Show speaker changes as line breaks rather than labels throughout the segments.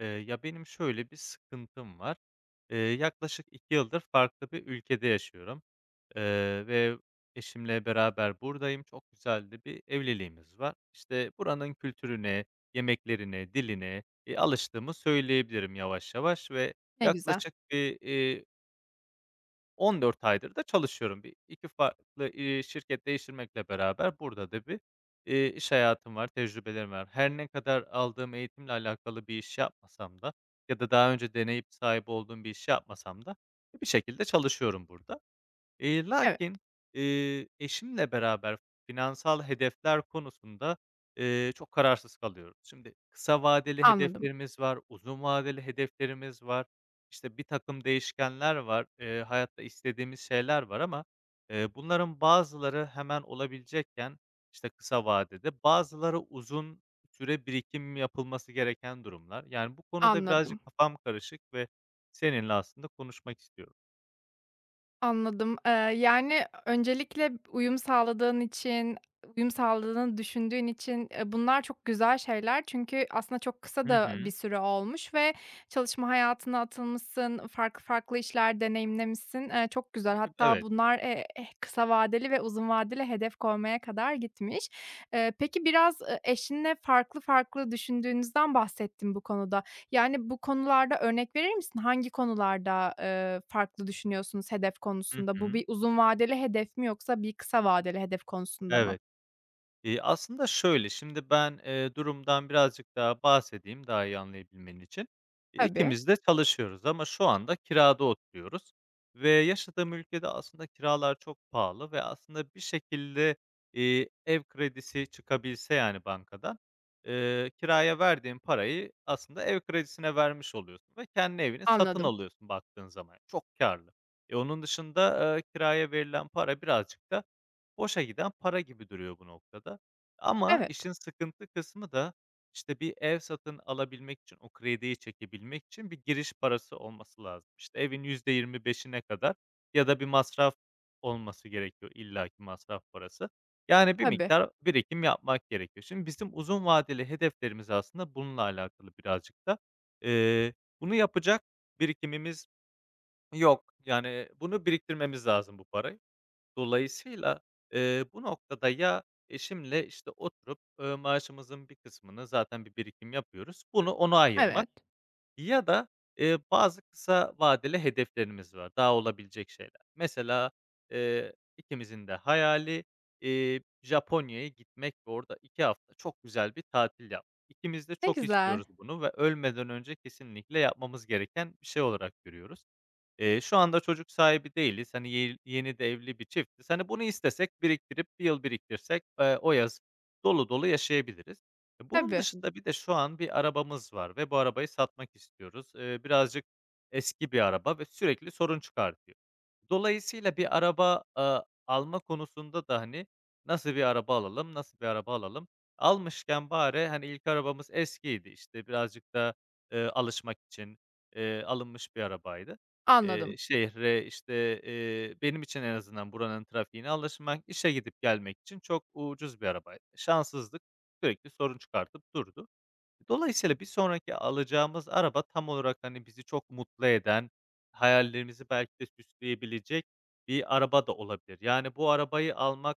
Benim şöyle bir sıkıntım var. Yaklaşık 2 yıldır farklı bir ülkede yaşıyorum, ve eşimle beraber buradayım. Çok güzel de bir evliliğimiz var. İşte, buranın kültürüne, yemeklerine, diline, alıştığımı söyleyebilirim yavaş yavaş ve
Ne güzel.
yaklaşık bir, 14 aydır da çalışıyorum. Bir 2 farklı, şirket değiştirmekle beraber burada da bir, iş hayatım var, tecrübelerim var. Her ne kadar aldığım eğitimle alakalı bir iş yapmasam da ya da daha önce deneyip sahip olduğum bir iş yapmasam da bir şekilde çalışıyorum burada. Eee,
Evet,
lakin, eee, eşimle beraber finansal hedefler konusunda, çok kararsız kalıyoruz. Şimdi kısa vadeli
anladım,
hedeflerimiz var, uzun vadeli hedeflerimiz var, işte, bir takım değişkenler var, hayatta istediğimiz şeyler var ama, bunların bazıları hemen olabilecekken, işte, kısa vadede, bazıları uzun süre birikim yapılması gereken durumlar. Yani, bu konuda birazcık
anladım,
kafam karışık ve seninle aslında konuşmak istiyorum.
anladım. Yani, öncelikle uyum sağladığın için, uyum sağladığını düşündüğün için, bunlar çok güzel şeyler. Çünkü aslında çok kısa
Hı
da bir
hı.
süre olmuş ve çalışma hayatına atılmışsın, farklı farklı işler deneyimlemişsin. Çok güzel. Hatta
Evet.
bunlar, kısa vadeli ve uzun vadeli hedef koymaya kadar gitmiş. Peki biraz, eşinle farklı farklı düşündüğünüzden bahsettim bu konuda. Yani, bu konularda örnek verir misin? Hangi konularda, farklı düşünüyorsunuz hedef
Hı
konusunda? Bu
hı.
bir uzun vadeli hedef mi yoksa bir kısa vadeli hedef konusunda mı?
Evet. Aslında şöyle, şimdi ben, durumdan birazcık daha bahsedeyim daha iyi anlayabilmen için.
Tabii,
İkimiz de çalışıyoruz ama şu anda kirada oturuyoruz ve yaşadığım ülkede aslında kiralar çok pahalı ve aslında bir şekilde, ev kredisi çıkabilse, yani, bankadan, kiraya verdiğin parayı aslında ev kredisine vermiş oluyorsun ve kendi evini satın
anladım.
alıyorsun baktığın zaman. Çok karlı. E, onun dışında, kiraya verilen para birazcık da boşa giden para gibi duruyor bu noktada. Ama
Evet,
işin sıkıntı kısmı da, işte, bir ev satın alabilmek için, o krediyi çekebilmek için bir giriş parası olması lazım. İşte, evin %25'ine kadar ya da bir masraf olması gerekiyor, illaki masraf parası. Yani bir
tabii,
miktar birikim yapmak gerekiyor. Şimdi bizim uzun vadeli hedeflerimiz aslında bununla alakalı birazcık da. Eee, Bunu yapacak birikimimiz yok. Yani bunu biriktirmemiz lazım bu parayı. Dolayısıyla, bu noktada ya eşimle, işte, oturup, maaşımızın bir kısmını zaten bir birikim yapıyoruz. Bunu ona ayırmak
evet.
ya da, bazı kısa vadeli hedeflerimiz var, daha olabilecek şeyler. Mesela, ikimizin de hayali, Japonya'ya gitmek ve orada 2 hafta çok güzel bir tatil yapmak. İkimiz de
Ne
çok
güzel.
istiyoruz bunu ve ölmeden önce kesinlikle yapmamız gereken bir şey olarak görüyoruz. Şu anda çocuk sahibi değiliz. Hani, yeni de evli bir çiftiz. Hani, bunu istesek biriktirip, bir yıl biriktirsek, o yaz dolu dolu yaşayabiliriz. E, bunun
Tabii,
dışında bir de şu an bir arabamız var ve bu arabayı satmak istiyoruz. Birazcık eski bir araba ve sürekli sorun çıkartıyor. Dolayısıyla bir araba, alma konusunda da, hani, nasıl bir araba alalım, nasıl bir araba alalım? Almışken bari, hani, ilk arabamız eskiydi, işte, birazcık da, alışmak için, alınmış bir arabaydı.
anladım.
Şehre, işte, benim için en azından buranın trafiğine alışmak, işe gidip gelmek için çok ucuz bir arabaydı. Şanssızlık sürekli sorun çıkartıp durdu. Dolayısıyla bir sonraki alacağımız araba tam olarak, hani, bizi çok mutlu eden, hayallerimizi belki de süsleyebilecek bir araba da olabilir. Yani, bu arabayı almak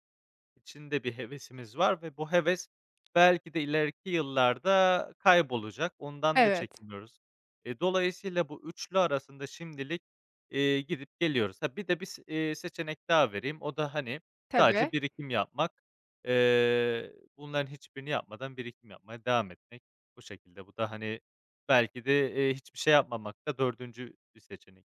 içinde bir hevesimiz var ve bu heves belki de ileriki yıllarda kaybolacak. Ondan da
Evet,
çekiniyoruz. E, dolayısıyla bu üçlü arasında şimdilik, gidip geliyoruz. Ha, bir de bir s seçenek daha vereyim. O da, hani,
tabii.
sadece birikim yapmak. Bunların hiçbirini yapmadan birikim yapmaya devam etmek. Bu şekilde bu da, hani, belki de, hiçbir şey yapmamak da dördüncü bir seçenek.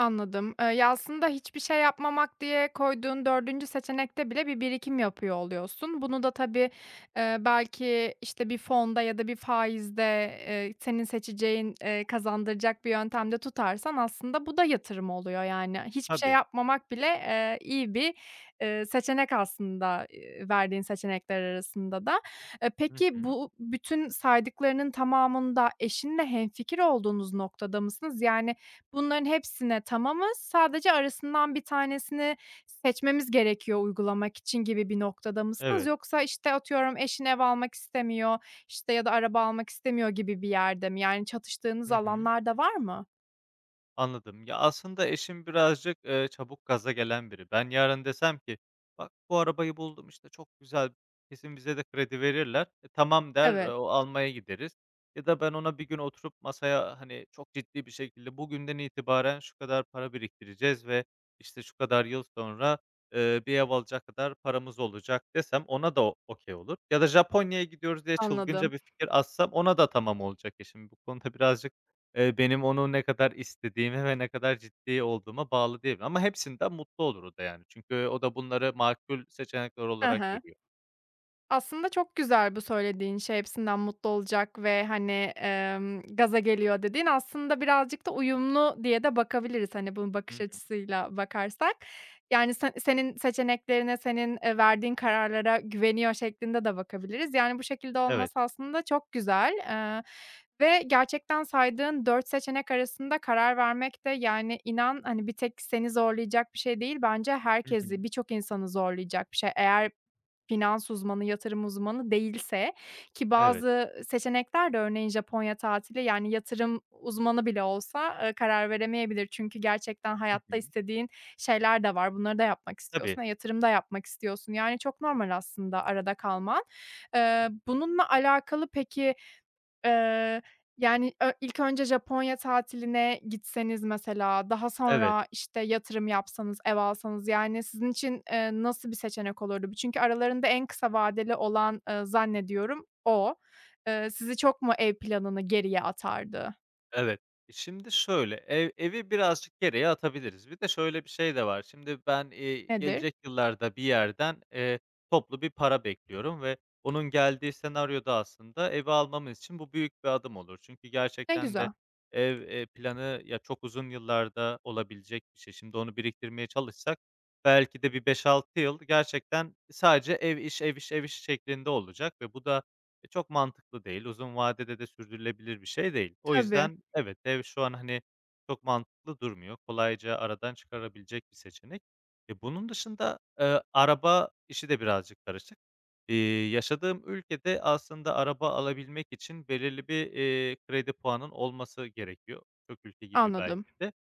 Anladım. Ya, aslında hiçbir şey yapmamak diye koyduğun dördüncü seçenekte bile bir birikim yapıyor oluyorsun. Bunu da tabii, belki, işte, bir fonda ya da bir faizde, senin seçeceğin, kazandıracak bir yöntemde tutarsan aslında bu da yatırım oluyor. Yani hiçbir şey
Tabii.
yapmamak bile, iyi bir, seçenek aslında, verdiğin seçenekler arasında da. E,
Hı
peki
hı.
bu bütün saydıklarının tamamında eşinle hemfikir olduğunuz noktada mısınız? Yani bunların hepsine tamamız. Sadece arasından bir tanesini seçmemiz gerekiyor uygulamak için gibi bir noktada mısınız?
Evet.
Yoksa, işte, atıyorum eşin ev almak istemiyor, işte, ya da araba almak istemiyor gibi bir yerde mi? Yani çatıştığınız
Hı hı.
alanlar da var mı?
Anladım. Ya, aslında eşim birazcık, çabuk gaza gelen biri. Ben yarın desem ki, "Bak, bu arabayı buldum, işte, çok güzel, kesin bize de kredi verirler." E, "Tamam." der,
Evet,
o almaya gideriz ya da ben ona bir gün oturup masaya, hani, çok ciddi bir şekilde, "Bugünden itibaren şu kadar para biriktireceğiz ve, işte, şu kadar yıl sonra, bir ev alacak kadar paramız olacak." desem ona da o okay olur ya da Japonya'ya gidiyoruz diye
anladım.
çılgınca bir fikir atsam ona da tamam olacak eşim. Bu konuda birazcık, benim onu ne kadar istediğime ve ne kadar ciddi olduğuma bağlı diyebilirim ama hepsinden mutlu olur o da yani. Çünkü o da bunları makul seçenekler
Hı
olarak
hı.
görüyor.
Aslında çok güzel bu söylediğin şey, hepsinden mutlu olacak ve, hani, gaza geliyor dediğin aslında birazcık da uyumlu diye de bakabiliriz, hani, bunun
Hı
bakış
hı.
açısıyla bakarsak. Yani, senin seçeneklerine, senin, verdiğin kararlara güveniyor şeklinde de bakabiliriz. Yani, bu şekilde
Evet.
olması aslında çok güzel, ve gerçekten saydığın 4 seçenek arasında karar vermek de, yani, inan, hani, bir tek seni zorlayacak bir şey değil, bence
Hı hı.
herkesi, birçok insanı zorlayacak bir şey. Eğer finans uzmanı, yatırım uzmanı değilse ki
Evet.
bazı seçenekler de örneğin Japonya tatili, yani, yatırım uzmanı bile olsa, karar veremeyebilir. Çünkü gerçekten
Hı hı.
hayatta istediğin şeyler de var. Bunları da yapmak
Tabii.
istiyorsun. E, yatırım da yapmak istiyorsun. Yani, çok normal aslında arada kalman.
Hı hı.
Bununla alakalı peki Eee, yani, ilk önce Japonya tatiline gitseniz mesela, daha
Evet.
sonra, işte, yatırım yapsanız, ev alsanız, yani, sizin için, nasıl bir seçenek olurdu? Çünkü aralarında en kısa vadeli olan, zannediyorum o. Sizi çok mu ev planını geriye atardı?
Evet. Şimdi şöyle, evi birazcık geriye atabiliriz. Bir de şöyle bir şey de var. Şimdi ben,
Nedir?
gelecek yıllarda bir yerden, toplu bir para bekliyorum ve onun geldiği senaryoda aslında evi almamız için bu büyük bir adım olur. Çünkü
Ne
gerçekten de
güzel.
ev, planı ya çok uzun yıllarda olabilecek bir şey. Şimdi onu biriktirmeye çalışsak belki de bir beş altı yıl gerçekten sadece ev iş, ev iş, ev iş şeklinde olacak ve bu da e, çok mantıklı değil. Uzun vadede de sürdürülebilir bir şey değil. O
Tabii,
yüzden evet, ev şu an, hani, çok mantıklı durmuyor. Kolayca aradan çıkarabilecek bir seçenek. E, bunun dışında, araba işi de birazcık karışık. Yaşadığım ülkede aslında araba alabilmek için belirli bir, kredi puanın olması gerekiyor. Birçok ülke gibi
anladım.
belki de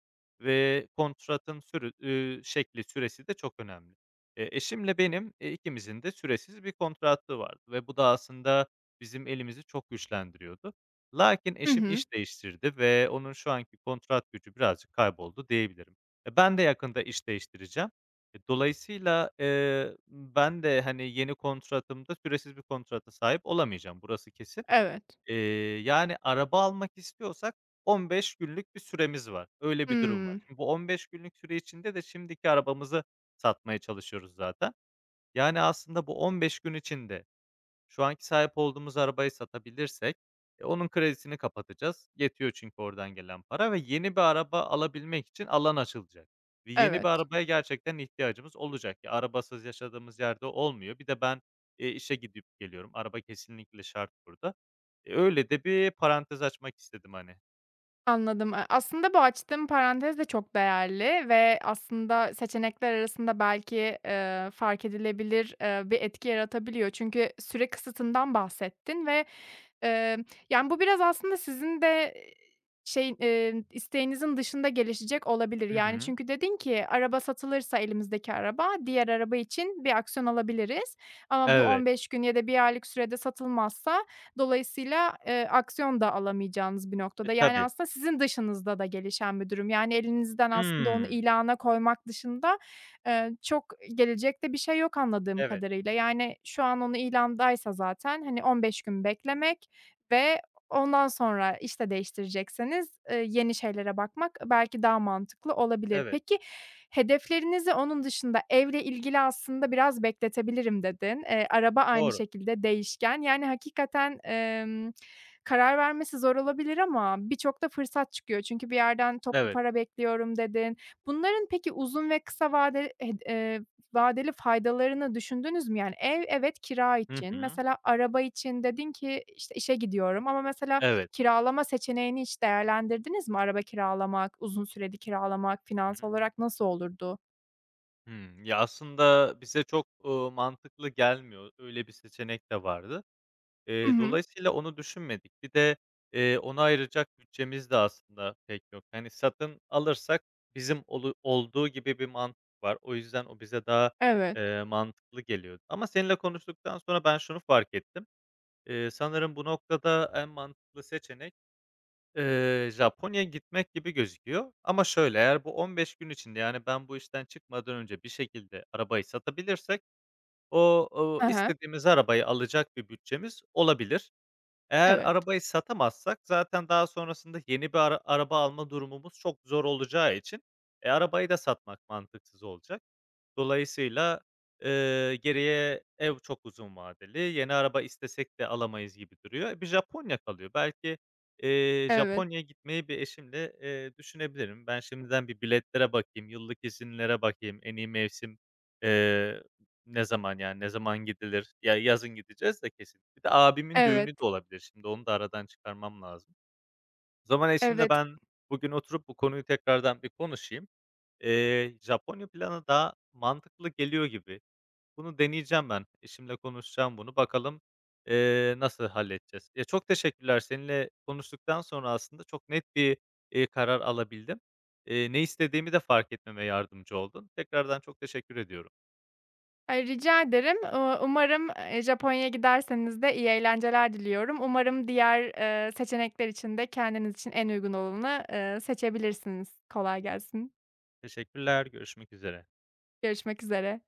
ve kontratın şekli, süresi de çok önemli. Eşimle benim, ikimizin de süresiz bir kontratı vardı ve bu da aslında bizim elimizi çok güçlendiriyordu. Lakin
Hı
eşim
hı.
iş değiştirdi ve onun şu anki kontrat gücü birazcık kayboldu diyebilirim. E, ben de yakında iş değiştireceğim. E, dolayısıyla, ben de, hani, yeni kontratımda süresiz bir kontrata sahip olamayacağım. Burası kesin.
Evet.
Eee, Yani, araba almak istiyorsak 15 günlük bir süremiz var. Öyle bir durum var.
Hımm.
Şimdi bu 15 günlük süre içinde de şimdiki arabamızı satmaya çalışıyoruz zaten. Yani, aslında bu 15 gün içinde şu anki sahip olduğumuz arabayı satabilirsek, e, onun kredisini kapatacağız. Yetiyor çünkü oradan gelen para ve yeni bir araba alabilmek için alan açılacak ve yeni bir
Evet.
arabaya gerçekten ihtiyacımız olacak. Ya, arabasız yaşadığımız yerde olmuyor. Bir de ben, işe gidip geliyorum. Araba kesinlikle şart burada. E, öyle de bir parantez açmak istedim, hani.
Anladım. Aslında bu açtığım parantez de çok değerli ve aslında seçenekler arasında belki, fark edilebilir, bir etki yaratabiliyor. Çünkü süre kısıtından bahsettin ve Emm, yani, bu biraz aslında sizin de, isteğinizin dışında gelişecek olabilir.
Hı
Yani,
hı.
çünkü dedin ki, "Araba satılırsa elimizdeki araba, diğer araba için bir aksiyon alabiliriz." Ama bu
Evet.
15 gün ya da bir aylık sürede satılmazsa dolayısıyla, aksiyon da alamayacağınız bir
E,
noktada. Yani,
tabii.
aslında sizin dışınızda da gelişen bir durum. Yani, elinizden aslında onu
Hımm.
ilana koymak dışında, çok gelecekte bir şey yok anladığım
Evet,
kadarıyla. Yani, şu an onu ilandaysa zaten, hani, 15 gün beklemek, ve ondan sonra işte değiştirecekseniz, yeni şeylere bakmak belki daha mantıklı olabilir.
evet.
Peki, hedeflerinizi onun dışında evle ilgili aslında biraz bekletebilirim dedin. Araba aynı
Doğru.
şekilde değişken. Yani hakikaten, karar vermesi zor olabilir ama birçok da fırsat çıkıyor. Çünkü bir yerden toplu
Evet.
para bekliyorum dedin. Bunların peki uzun ve kısa vadeli faydalarını düşündünüz mü? Yani ev, evet, kira
Hı
için.
hı.
Mesela araba için dedin ki, işte, işe gidiyorum ama mesela
Evet.
kiralama seçeneğini hiç değerlendirdiniz mi? Araba kiralamak, uzun süreli kiralamak finans olarak nasıl olurdu?
Hımm. Ya, aslında bize çok, mantıklı gelmiyor. Öyle bir seçenek de vardı.
Hı hı.
Dolayısıyla onu düşünmedik. Bir de, ona ayıracak bütçemiz de aslında pek yok. Hani, satın alırsak bizim olduğu gibi bir mantık var. O yüzden o bize daha,
Evet.
mantıklı geliyordu. Ama seninle konuştuktan sonra ben şunu fark ettim. Sanırım bu noktada en mantıklı seçenek Japonya'ya gitmek gibi gözüküyor ama şöyle, eğer bu 15 gün içinde, yani, ben bu işten çıkmadan önce bir şekilde arabayı satabilirsek
Hı hı.
istediğimiz arabayı alacak bir bütçemiz olabilir. Eğer
Evet,
arabayı satamazsak zaten daha sonrasında yeni bir araba alma durumumuz çok zor olacağı için, e, arabayı da satmak mantıksız olacak. Dolayısıyla, geriye ev çok uzun vadeli, yeni araba istesek de alamayız gibi duruyor. E, bir Japonya kalıyor. Belki,
evet,
Japonya'ya gitmeyi bir eşimle, düşünebilirim. Ben şimdiden bir biletlere bakayım, yıllık izinlere bakayım, en iyi mevsim, ne zaman yani? Ne zaman gidilir? Ya, yazın gideceğiz de kesin. Bir de abimin düğünü de
evet,
olabilir. Şimdi onu da aradan çıkarmam lazım. O zaman eşimle
evet.
ben bugün oturup bu konuyu tekrardan bir konuşayım. Japonya planı daha mantıklı geliyor gibi. Bunu deneyeceğim ben. Eşimle konuşacağım bunu. Bakalım, nasıl halledeceğiz? Ya, çok teşekkürler. Seninle konuştuktan sonra aslında çok net bir, karar alabildim. Ne istediğimi de fark etmeme yardımcı oldun. Tekrardan çok teşekkür ediyorum.
Ay, rica ederim. Umarım, Japonya'ya giderseniz de iyi eğlenceler diliyorum. Umarım diğer, seçenekler için de kendiniz için en uygun olanı, seçebilirsiniz. Kolay gelsin.
Teşekkürler. Görüşmek üzere.
Görüşmek üzere.